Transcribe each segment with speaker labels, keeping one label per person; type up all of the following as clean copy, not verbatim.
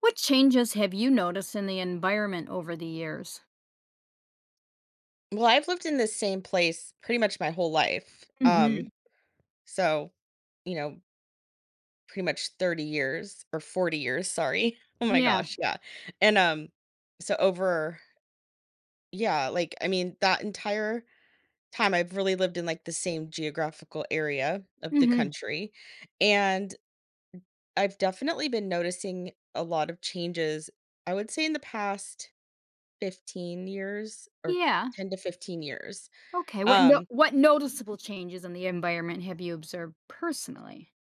Speaker 1: What changes have you noticed in the environment over the years?
Speaker 2: Well, I've lived in this same place pretty much my whole life.
Speaker 1: Mhm.
Speaker 2: So, you know, pretty much 30 years or 40 years, sorry. Oh my
Speaker 1: Yeah.
Speaker 2: gosh, yeah. And so over yeah, like I mean that entire time I've really lived in like the same geographical area of the
Speaker 1: Mhm.
Speaker 2: country and I've definitely been noticing a lot of changes. I would say in the past 15 years or
Speaker 1: Yeah.
Speaker 2: 10 to 15 years.
Speaker 1: Okay. What no-
Speaker 2: Um
Speaker 1: What noticeable changes in the environment have you observed personally?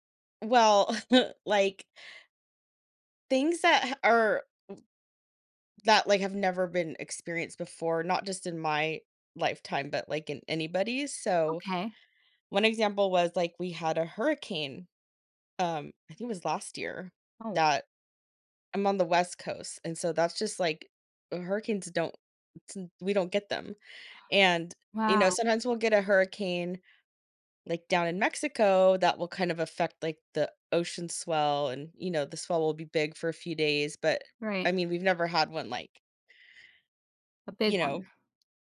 Speaker 2: well, like things that are have never been experienced before, not just in my lifetime, but, like, in anybody's. So,
Speaker 1: Okay.
Speaker 2: one example was, like, we had a hurricane, I think it was last year
Speaker 1: Oh,
Speaker 2: that, I'm on the West Coast, and so that's just, like, hurricanes don't it's, we don't get them, and, you know,
Speaker 1: wow.
Speaker 2: sometimes we'll get a hurricane, like, down in Mexico that will kind of affect, like, the ocean swell, and, you know, the swell will be big for a few days, but,
Speaker 1: Right.
Speaker 2: I mean, we've never had one, like,
Speaker 1: A big
Speaker 2: you
Speaker 1: one.
Speaker 2: know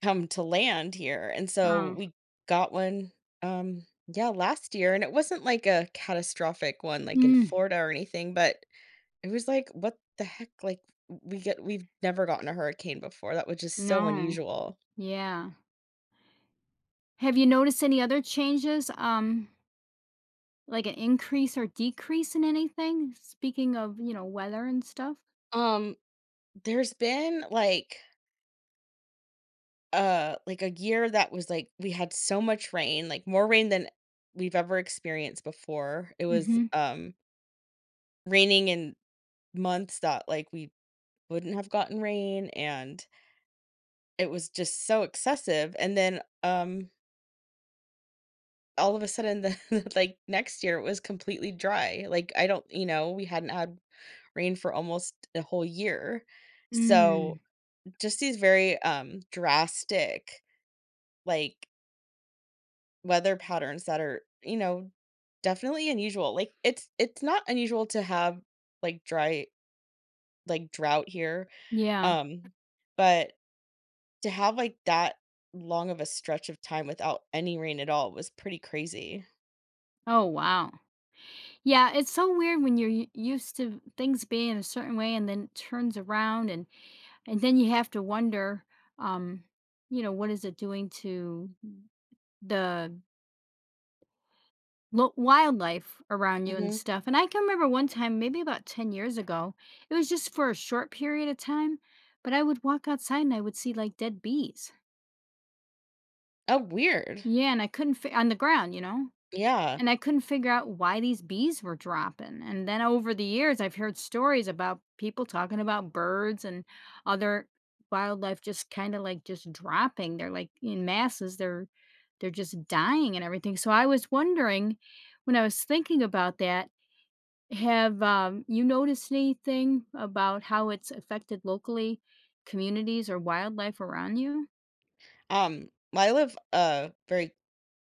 Speaker 2: come to land here, and so
Speaker 1: Oh.
Speaker 2: we got one, um, yeah, last year, and it wasn't like a catastrophic one, like, in
Speaker 1: Mm.
Speaker 2: Florida or anything, but it was like, "What the heck?" Like, we've never gotten a hurricane before, that was just so
Speaker 1: No.
Speaker 2: unusual.
Speaker 1: Yeah. Have you noticed any other changes? Like an increase or decrease in anything? Speaking of, weather and stuff?
Speaker 2: Um, there's been, like, a year that was, like, we had so much rain, like, more rain than we've ever experienced before. It was,
Speaker 1: Mhm.
Speaker 2: raining in months that, like, we wouldn't have gotten rain, and it was just so excessive, and then, all of a sudden, the like, next year, it was completely dry, like, I don't you know, we hadn't had rain for almost a whole year,
Speaker 1: Mm.
Speaker 2: so just these very, drastic, like, weather patterns that are, you know, definitely unusual, like, it's not unusual to have, like, dry like, drought here,
Speaker 1: Yeah.
Speaker 2: um, but to have, like, that long of a stretch of time without any rain at all was pretty crazy.
Speaker 1: Oh, wow. Yeah, it's so weird when you're used to things being a certain way, and then it turns around and then you have to wonder um what is it doing to the wildlife around you and
Speaker 2: Mhm.
Speaker 1: stuff. And I can remember one time maybe about 10 years ago. It was just for a short period of time, but I would walk outside and I would see like dead bees.
Speaker 2: Oh, weird.
Speaker 1: Yeah, and I couldn't on the ground.
Speaker 2: Yeah.
Speaker 1: And I couldn't figure out why these bees were dropping. And then over the years, I've heard stories about people talking about birds and other wildlife just kind of like just dropping. They're like in masses, they're just dying and everything. So I was wondering when I was thinking about that, have you noticed anything about how it's affected locally communities or wildlife around you?
Speaker 2: Well, I live, very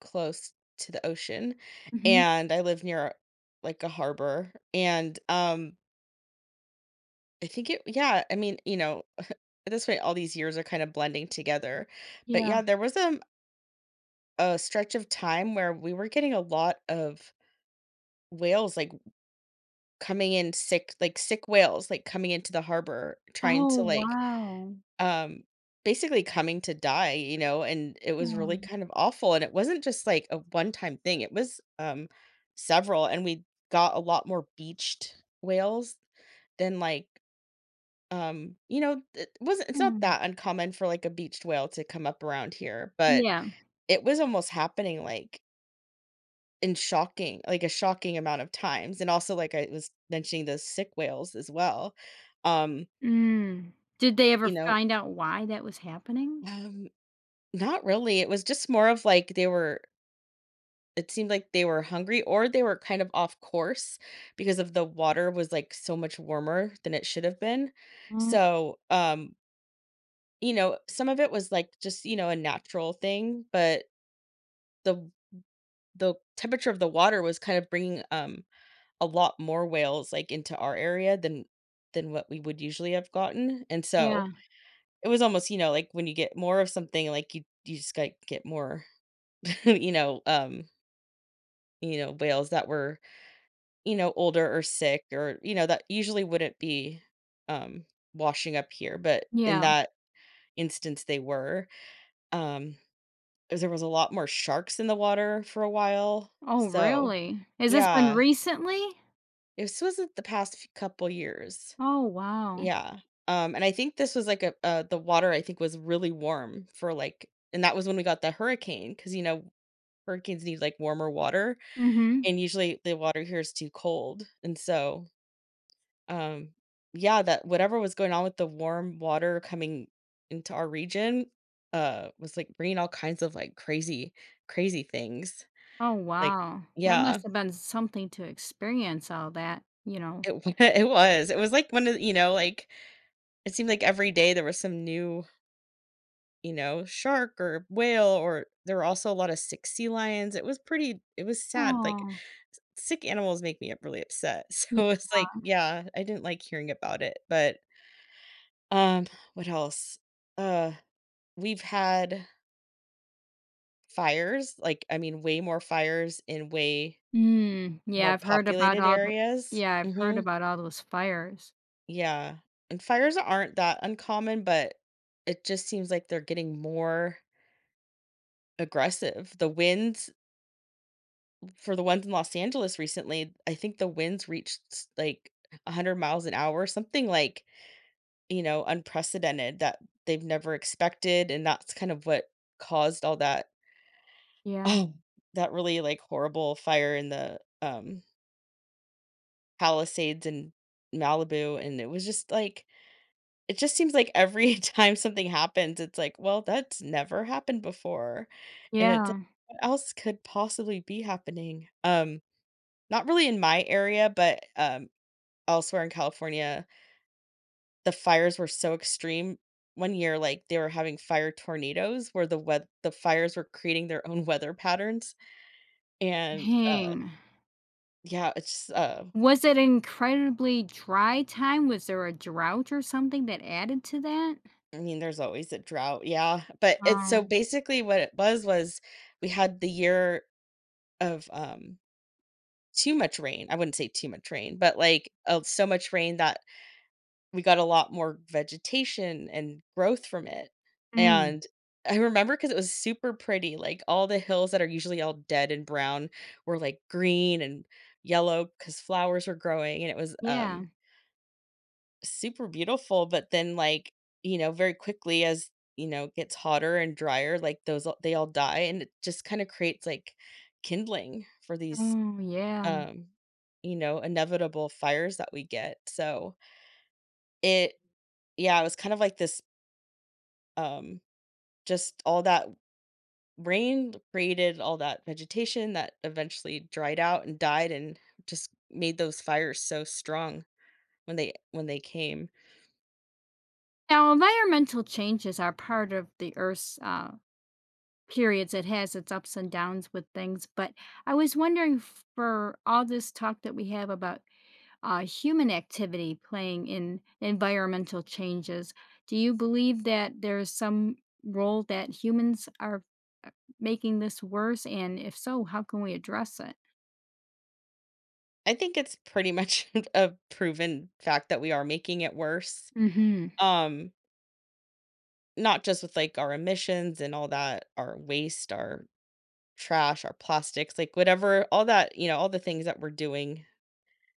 Speaker 2: close to the ocean,
Speaker 1: Hmm.
Speaker 2: and I live near, like, a harbor, and, I think it yeah, I mean, you know, at this point, all these years are kinda blending together, but
Speaker 1: Yeah.
Speaker 2: yeah, there was a stretch of time where we were getting a lot of whales, like, coming in sick, like, sick whales, like, coming into the harbor, trying
Speaker 1: Oh,
Speaker 2: to, like,
Speaker 1: wow.
Speaker 2: um, basically coming to die, you know, and it was really
Speaker 1: Hmm.
Speaker 2: kind of awful, and it wasn't just, like, a one-time thing, it was, several, and we got a lot more beached whales than, like, you know, it's not
Speaker 1: Hmm.
Speaker 2: that uncommon for, like, a beached whale to come up around here, but
Speaker 1: Yeah.
Speaker 2: it was almost happening, like, in shocking like, a shocking amount of times, and also, like I was mentioning those sick whales as well, um,
Speaker 1: Mm. Did they ever
Speaker 2: you know,
Speaker 1: find out why that was happening?
Speaker 2: um, not really, it was just more of, like, they were it seemed like they were hungry or they were kind of off course because of the water was, like, so much warmer than it should have been,
Speaker 1: Mm,
Speaker 2: so, you know, some of it was, like, just, you know, a natural thing, but the the temperature of the water was kind of bringing, a lot more whales, like, into our area than what we would usually have gotten, and
Speaker 1: yeah,
Speaker 2: so, it was almost, you know, like, when you get more of something, like, you just, like, get more, you know, um, you know, whales that were, you know, older or sick or, you know, that usually wouldn't be, um, washing up here, but in
Speaker 1: yeah.
Speaker 2: that instance, they were, um, there was a lot more sharks in the water for a while,
Speaker 1: Oh,
Speaker 2: so
Speaker 1: really? Has this been
Speaker 2: yeah,
Speaker 1: recently?
Speaker 2: this was the past f couple years.
Speaker 1: Oh, wow.
Speaker 2: Yeah, and I think this was like a the water I think was really warm for like, and that was when we got the hurricane because you know, hurricanes need like warmer water,
Speaker 1: Mhm.
Speaker 2: and usually the water here is too cold, and so, um, yeah, that whatever was going on with the warm water coming into our region, was like bringing all kinds of like crazy, crazy things,
Speaker 1: Oh,
Speaker 2: like
Speaker 1: wow. That
Speaker 2: yeah,
Speaker 1: must have been something to experience all that.
Speaker 2: it wa it was like one of, you know, like, it seemed like every day there was some new, you know, shark or whale, or there were also a lot of sick sea lions. It was sad, like,
Speaker 1: Oh.
Speaker 2: s sick animals make me really upset,
Speaker 1: Ye
Speaker 2: so it's like, yeah, I didn't like hearing about it, but, um, what else? Uh, we've had fires, like, I mean, way more fires in way
Speaker 1: Mm, yeah,
Speaker 2: more
Speaker 1: I've heard about
Speaker 2: populated
Speaker 1: all the
Speaker 2: areas.
Speaker 1: yeah, I've heard
Speaker 2: Mhm.
Speaker 1: about all those fires.
Speaker 2: Yeah, and fires aren't that uncommon, but it just seems like they're getting more aggressive. The winds, for the ones in Los Angeles recently, I think the winds reached s like 100 miles an hour, something like, you know, unprecedented that they've never expected, and that's kind of what caused all that.
Speaker 1: Yeah,
Speaker 2: Oh, that really, like, horrible fire in the, Palisades in Malibu, and it was just like it just seems like every time something happens, it's like, "Well, that's never happened before," and it's like,
Speaker 1: yeah.
Speaker 2: "What else could possibly be happening?" Not really in my area, but, elsewhere in California, the fires were so extreme. One year, like, they were having fire tornadoes where the fires were creating their own weather patterns, and,
Speaker 1: Dang.
Speaker 2: yeah, it's just.
Speaker 1: Was it an incredibly dry time? Was there a drought or something that added to that?
Speaker 2: I mean, there's always a drought, yeah, but it's so,
Speaker 1: Oh.
Speaker 2: basically what it was we had the year of, too much rain. I wouldn't say too much rain, but, like, of so much rain that we got a lot more vegetation and growth from it,
Speaker 1: Mm,
Speaker 2: and I remember because it was super pretty, like, all the hills that are usually all dead and brown were, like, green and yellow because flowers were growing, and it was,
Speaker 1: yeah.
Speaker 2: super beautiful, but then, like, you know, very quickly as, you know, it gets hotter and drier, like, those all they all die, and it just kinda creates, like, kindling for these,
Speaker 1: Oh, yeah.
Speaker 2: um, you know, inevitable fires that we get, so it yeah, it was kind of like this. Um, just all that rain created all that vegetation that eventually dried out and died and just made those fires so strong when they came.
Speaker 1: Now, environmental changes are part of the Earth's periods. It has its ups and downs with things. But I was wondering, for all this talk that we have about human activity playing in environmental changes, do you believe that there's some role that humans are uh, making this worse? And if so, how can we address it?
Speaker 2: I think it's pretty much a proven fact that we are making it worse. Um, Not just with like our emissions and all that, our waste, our trash, our plastics, like whatever, all that, you know, all the things that we're doing.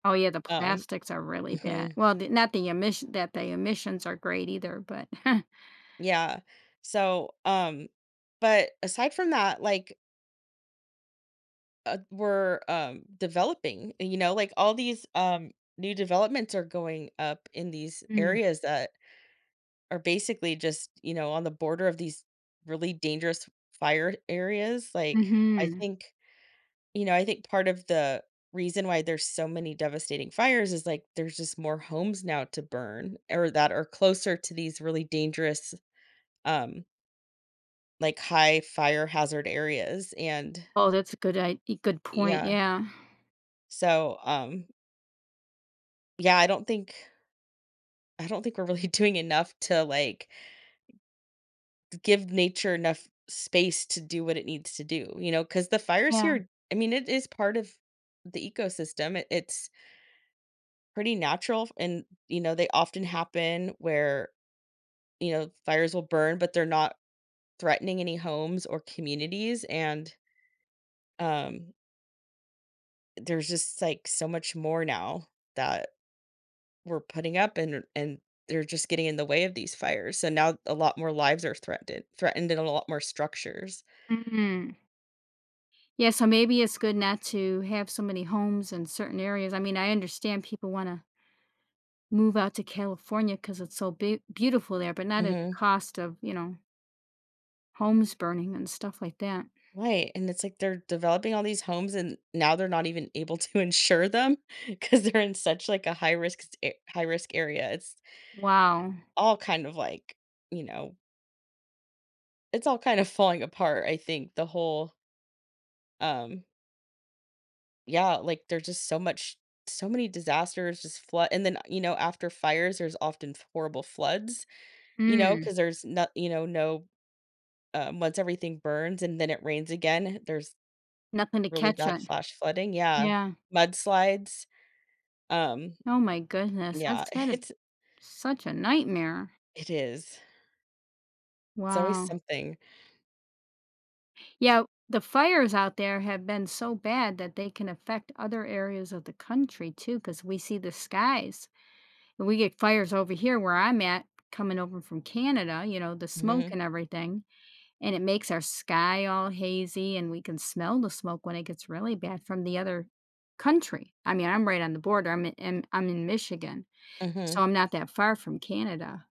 Speaker 1: Oh, yeah, the
Speaker 2: Um,
Speaker 1: plastics are really bad.
Speaker 2: mhm.
Speaker 1: Well, the, not the emission, that the emissions are great either, but
Speaker 2: Yeah. So, but aside from that, like, we're developing, you know, like all these new developments are going up in these
Speaker 1: Mm,
Speaker 2: areas that are basically just, you know, on the border of these really dangerous fire areas. Like, I
Speaker 1: mhm.
Speaker 2: think, you know, I think part of the reason why there's so many devastating fires is like there's just more homes now to burn or that are closer to these really dangerous um like, high fire hazard areas, and
Speaker 1: Oh, that's a good I a good point,
Speaker 2: yeah.
Speaker 1: yeah.
Speaker 2: So, yeah, I don't think we're really doing enough to, like, give nature enough space to do what it needs to do, you know? Because the fires
Speaker 1: Yeah.
Speaker 2: here, I mean, it is part of the ecosystem. It's pretty natural and, you know, they often happen where, you know, fires will burn, but they're not threatening any homes or communities, and, um, there's just, like, so much more now that were putting up and they're just getting in the way of these fires. So now a lot more lives are threatened and a lot more structures.
Speaker 1: Mm. Yeah, so maybe it's good not to have so many homes in certain areas. I mean, I understand people wanna move out to California because it's so be beautiful there, but not at the
Speaker 2: Mhm.
Speaker 1: cost of, homes burning and stuff like that.
Speaker 2: Right, and it's like they're developing all these homes and now they're not even able to insure them because 'cause they're in such like a high risk area. It's
Speaker 1: Wow.
Speaker 2: all kind of like, you know, it's all kind of falling apart, I think, the whole um yeah, like there's just so many disasters, just flood and then, you know, after fires, there's often horrible floods. You know,
Speaker 1: Mm,
Speaker 2: because there's not, you know, no, once everything burns and then it rains again, there's
Speaker 1: nothing to
Speaker 2: really
Speaker 1: catch
Speaker 2: bad
Speaker 1: it.
Speaker 2: flash flooding, yeah.
Speaker 1: Yeah.
Speaker 2: Mudslides, um,
Speaker 1: Oh my goodness,
Speaker 2: yeah,
Speaker 1: that's gotta
Speaker 2: it's
Speaker 1: such a nightmare.
Speaker 2: it is. It's always
Speaker 1: Wow.
Speaker 2: something.
Speaker 1: Yeah, the fires out there have been so bad that they can affect other areas of the country too, because we see the skies and we get fires over here where I'm at, coming over from Canada, the smoke
Speaker 2: Mhm,
Speaker 1: and everything. And it makes our sky all hazy, and we can smell the smoke when it gets really bad from the other country. I mean, I'm right on the border. I'm in Michigan,
Speaker 2: mhm,
Speaker 1: so I'm not that far from Canada.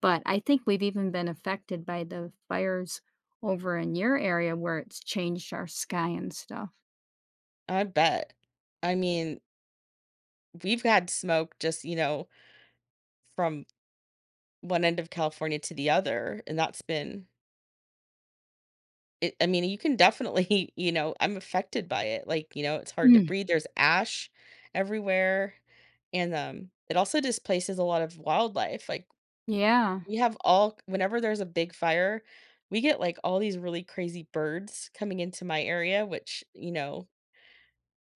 Speaker 1: But I think we've even been affected by the fires over in your area, where it's changed our sky and stuff.
Speaker 2: I bet. I mean, we've had smoke just, you know, from one end of California to the other, and that's been It I mean, you can definitely, you know, I'm affected by it, like, you know, it's hard to
Speaker 1: Mm.
Speaker 2: breathe, there's ash everywhere, and, it also displaces a lot of wildlife, like,
Speaker 1: Yeah.
Speaker 2: we have all whenever there's a big fire, we get, like, all these really crazy birds coming into my area, which, you know,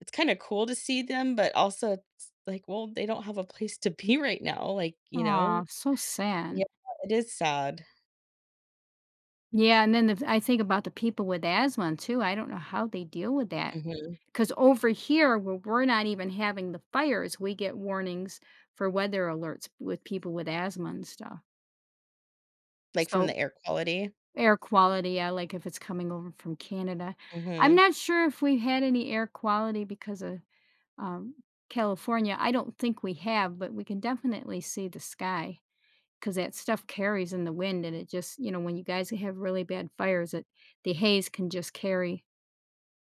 Speaker 2: it's kinda cool to see them, but also it's like, well, they don't have a place to be right now, like, you know?
Speaker 1: Oh, so sad.
Speaker 2: Yeah, it is sad.
Speaker 1: Yeah, and then the I think about the people with asthma too. I don't know how they deal with that,
Speaker 2: Mhm.
Speaker 1: because over here, where we're not even having the fires, we get warnings for weather alerts with people with asthma and stuff.
Speaker 2: Like, from
Speaker 1: So,
Speaker 2: the air quality.
Speaker 1: air quality, yeah, like if it's coming over from Canada. I'm
Speaker 2: Mhm.
Speaker 1: not sure if we had any air quality because of um, California. I don't think we have, but we can definitely see the sky, because that stuff carries in the wind, and it just, when you guys have really bad fires, it the haze can just carry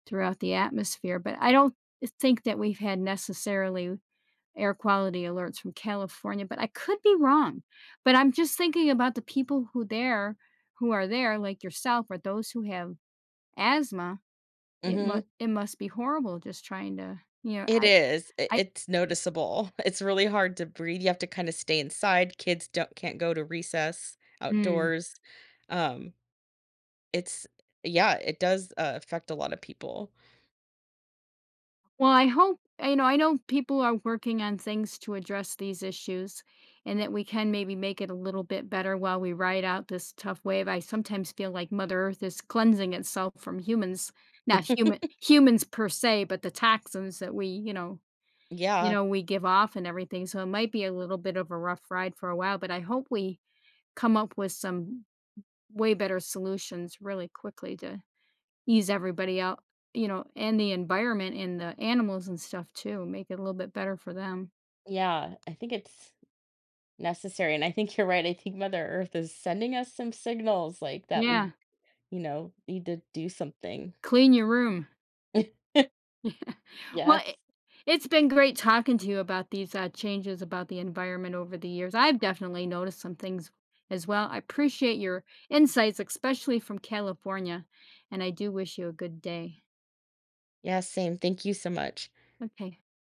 Speaker 1: throughout the atmosphere. But I don't think that we've had necessarily air quality alerts from California, but I could be wrong. But I'm just thinking about the people who are there, like yourself, or those who have asthma. It must
Speaker 2: Mhm.
Speaker 1: it must be horrible just trying to, you know,
Speaker 2: It is. I
Speaker 1: I.
Speaker 2: It's noticeable. It's really hard to breathe. You have to kinda stay inside. Kids don't can't go to recess,
Speaker 1: Mm.
Speaker 2: outdoors. Um, it's yeah, it does, affect a lot of people.
Speaker 1: Well, I hope, I know people are working on things to address these issues, and that we can maybe make it a little bit better while we ride out this tough wave. I sometimes feel like Mother Earth is cleansing itself from humans, not humans per se, but the toxins that we, you
Speaker 2: Yeah.
Speaker 1: know, we give off and everything. So it might be a little bit of a rough ride for a while, but I hope we come up with some way better solutions really quickly to ease everybody out, and the environment and the animals and stuff too, make it a little bit better for them.
Speaker 2: Yeah, I think it's necessary, and I think you're right. I think Mother Earth is sending us some signals, like, that we,
Speaker 1: Yeah,
Speaker 2: you know, need to do something.
Speaker 1: clean your room. Yeah. Well,
Speaker 2: Yes.
Speaker 1: I it's been great talking to you about these, changes about the environment over the years. I've definitely noticed some things as well. I appreciate your insights, especially from California, and I do wish you a good day.
Speaker 2: Yeah, same. Thank you so much.
Speaker 1: Okay, bye.